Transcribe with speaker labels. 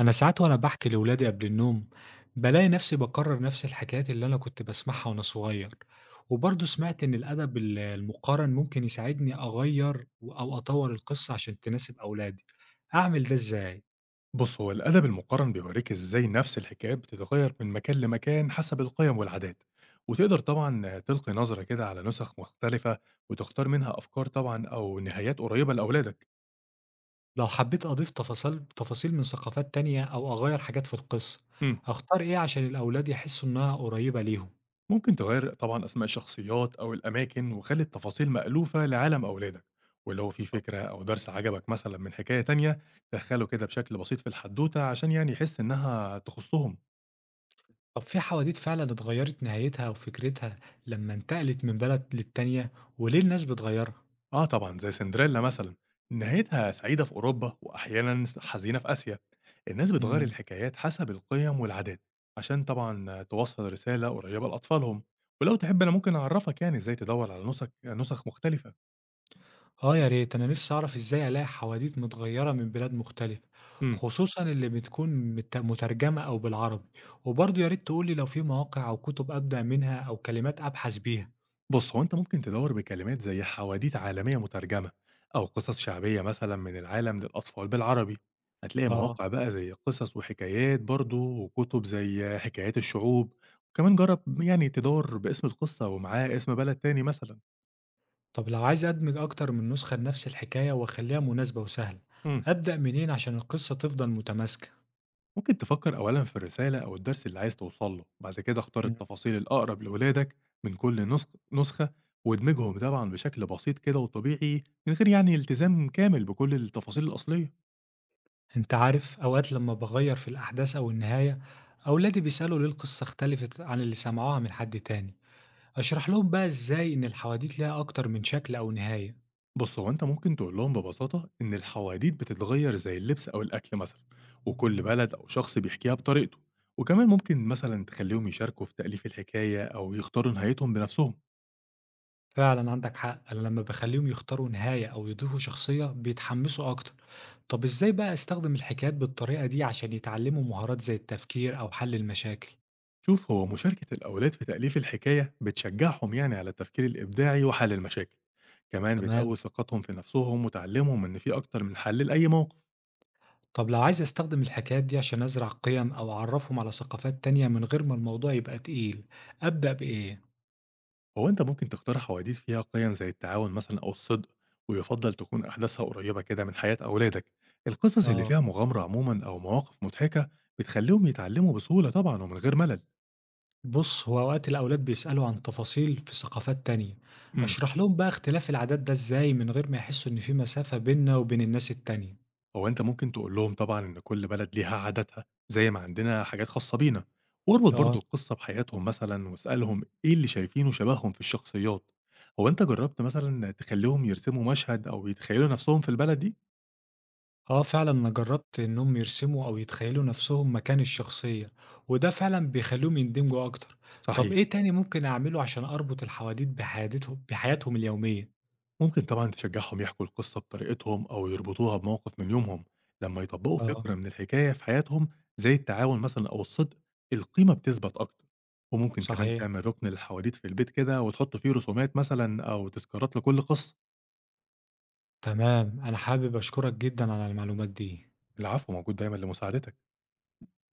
Speaker 1: أنا ساعات وأنا باحكي لولادي قبل النوم، بلاقي نفسي بكرر نفس الحكايات اللي أنا كنت بسمعها وأنا صغير، وبرضه سمعت إن الأدب المقارن ممكن يساعدني أغير أو أطور القصة عشان تناسب أولادي، أعمل ده إزاي؟
Speaker 2: بص هو الأدب المقارن بيوريك إزاي نفس الحكاية بتتغير من مكان لمكان حسب القيم والعادات. وتقدر طبعا تلقي نظرة كده على نسخ مختلفة وتختار منها أفكار طبعا أو نهايات قريبة لأولادك.
Speaker 1: لو حبيت أضيف تفاصيل من ثقافات تانية أو أغير حاجات في القصة،
Speaker 2: مم.
Speaker 1: أختار إيه عشان الأولاد يحسوا إنها قريبة ليهم؟
Speaker 2: ممكن تغير طبعا أسماء الشخصيات أو الأماكن وخلي التفاصيل مألوفة لعالم أولادك، ولو في فكرة أو درس عجبك مثلا من حكاية تانية دخله كده بشكل بسيط في الحدوتة عشان يعني يحس إنها تخصهم.
Speaker 1: طب في حواديت فعلا اتغيرت نهايتها أو فكرتها لما انتقلت من بلد للتانية، وليه الناس بتغيرها؟
Speaker 2: آه طبعًا، زي سندريلا مثلًا، نهايتها سعيدة في أوروبا وأحيانًا حزينة في آسيا، الناس بتغيّر الحكايات حسب القِيَم والعادات، عشان طبعًا توصّل رسالة قريّبة لأطفالهم، ولو تحب أنا ممكن أعرّفك يعني إزاي تدوّر على نُسَخ مختلفة.
Speaker 1: آه، يا ريت أنا نفسي أعرف إزاي ألاقي حواديت متغيرة من بلاد مختلفة،
Speaker 2: إمم.
Speaker 1: خصوصا اللي بتكون مترجمة أو بالعربي، وبرضه يا ريت تقولي لو في مواقع أو كتب أبدأ منها أو كلمات أبحث بيها.
Speaker 2: بص هو انت ممكن تدور بكلمات زي حواديت عالمية مترجمة أو قصص شعبية مثلا من العالم للأطفال بالعربي. هتلاقي
Speaker 1: آه.
Speaker 2: مواقع بقى زي قصص وحكايات برضو، وكتب زي حكايات الشعوب، وكمان جرب يعني تدور باسم القصة ومعاه اسم بلد تاني مثلا.
Speaker 1: طب لو عايز أدمج أكتر من نسخة لنفس الحكاية وأخليها مناسبة وسهلة،
Speaker 2: مم.
Speaker 1: أبدأ منين عشان القصة تفضل متماسكة؟
Speaker 2: ممكن تفكر أولا في الرسالة أو الدرس اللي عايز توصله، بعد كده اختار
Speaker 1: مم.
Speaker 2: التفاصيل الأقرب لولادك من كل نسخة، وادمجهم طبعا بشكل بسيط كده وطبيعي من غير يعني التزام كامل بكل التفاصيل الأصلية.
Speaker 1: أنت عارف، أوقات لما بغير في الأحداث أو النهاية، أولادي بيسألوا ليه القصة اختلفت عن اللي سمعوها من حد تاني. أشرح لهم بقى إزاي إن الحواديت ليها أكتر من شكل أو نهاية؟
Speaker 2: بص هو انت ممكن تقول لهم ببساطة ان الحواديت بتتغير زي اللبس او الاكل مثلا، وكل بلد او شخص بيحكيها بطريقته، وكمان ممكن مثلا تخليهم يشاركوا في تأليف الحكاية او يختاروا نهايتهم بنفسهم.
Speaker 1: فعلا عندك حق، انا لما بخليهم يختاروا نهاية او يضيفوا شخصية بيتحمسوا اكتر. طب ازاي بقى استخدم الحكايات بالطريقة دي عشان يتعلموا مهارات زي التفكير او حل المشاكل؟
Speaker 2: شوف هو مشاركة الأولاد في تأليف الحكاية بتشجعهم يعني على التفكير الإبداعي وحل المشاكل، كمان
Speaker 1: تمام.
Speaker 2: بتقوي ثقتهم في نفسهم وتعلمهم إن في أكتر من حل لأي موقف.
Speaker 1: طب لو عايز استخدم الحكايات دي عشان ازرع قيم او اعرفهم على ثقافات تانية من غير ما الموضوع يبقى تقيل، ابدأ بايه؟
Speaker 2: هو أنت ممكن تختار حواديت فيها قيم زي التعاون مثلا أو الصدق، ويفضل تكون أحداثها قريبة كده من حياة أولادك. القصص اللي
Speaker 1: اه.
Speaker 2: فيها مغامرة عموما أو مواقف مضحكة بتخليهم يتعلموا بسهولة طبعا ومن غير ملل.
Speaker 1: بص، هو اوقات الاولاد بيسألوا عن تفاصيل في ثقافات تانية،
Speaker 2: امم.
Speaker 1: اشرح لهم بقى اختلاف العادات ده ازاي من غير ما يحسوا ان في مسافة بيننا وبين الناس التانية؟
Speaker 2: هو أنت ممكن تقول لهم طبعا إن كل بلد ليها عاداتها زي ما عندنا حاجات خاصة بينا، واربط
Speaker 1: اه.
Speaker 2: برضو القصة بحياتهم مثلا واسألهم إيه اللي شايفينه شبههم في الشخصيات. هو أنت جربت مثلا تخليهم يرسموا مشهد أو يتخيلوا نفسهم في البلد دي؟
Speaker 1: آه فعلًا، أنا جرّبت إنّهم يرسموا أو يتخيّلوا نَفْسهم مكان الشخصية، وده فعلًا بيخلّيهم يندمجوا أكتر. طَب
Speaker 2: صحيح.
Speaker 1: إيه تاني ممكن أعمله عشان أربط الحواديت بحياتهم اليومية؟
Speaker 2: ممكن طبعًا تشجّعهم يحكوا القصة بطريقتهم أو يربطوها بموقف من يومهم، لمّا يطبّقوا فكرة
Speaker 1: آه،
Speaker 2: من الحكاية في حياتهم زي التعاون مثلًا أو الصدق، القيمة بتثبت أكتر، وممكن كمان
Speaker 1: صحيح.
Speaker 2: تعمل رُكن للحواديت في البيت كده وتحط فيه رسومات مثلًا أو تذكارات لكل قصة.
Speaker 1: تمام، أنا حابب أشكرك جدًا على المعلومات دي.
Speaker 2: العفو، موجود دايمًا لمساعدتك.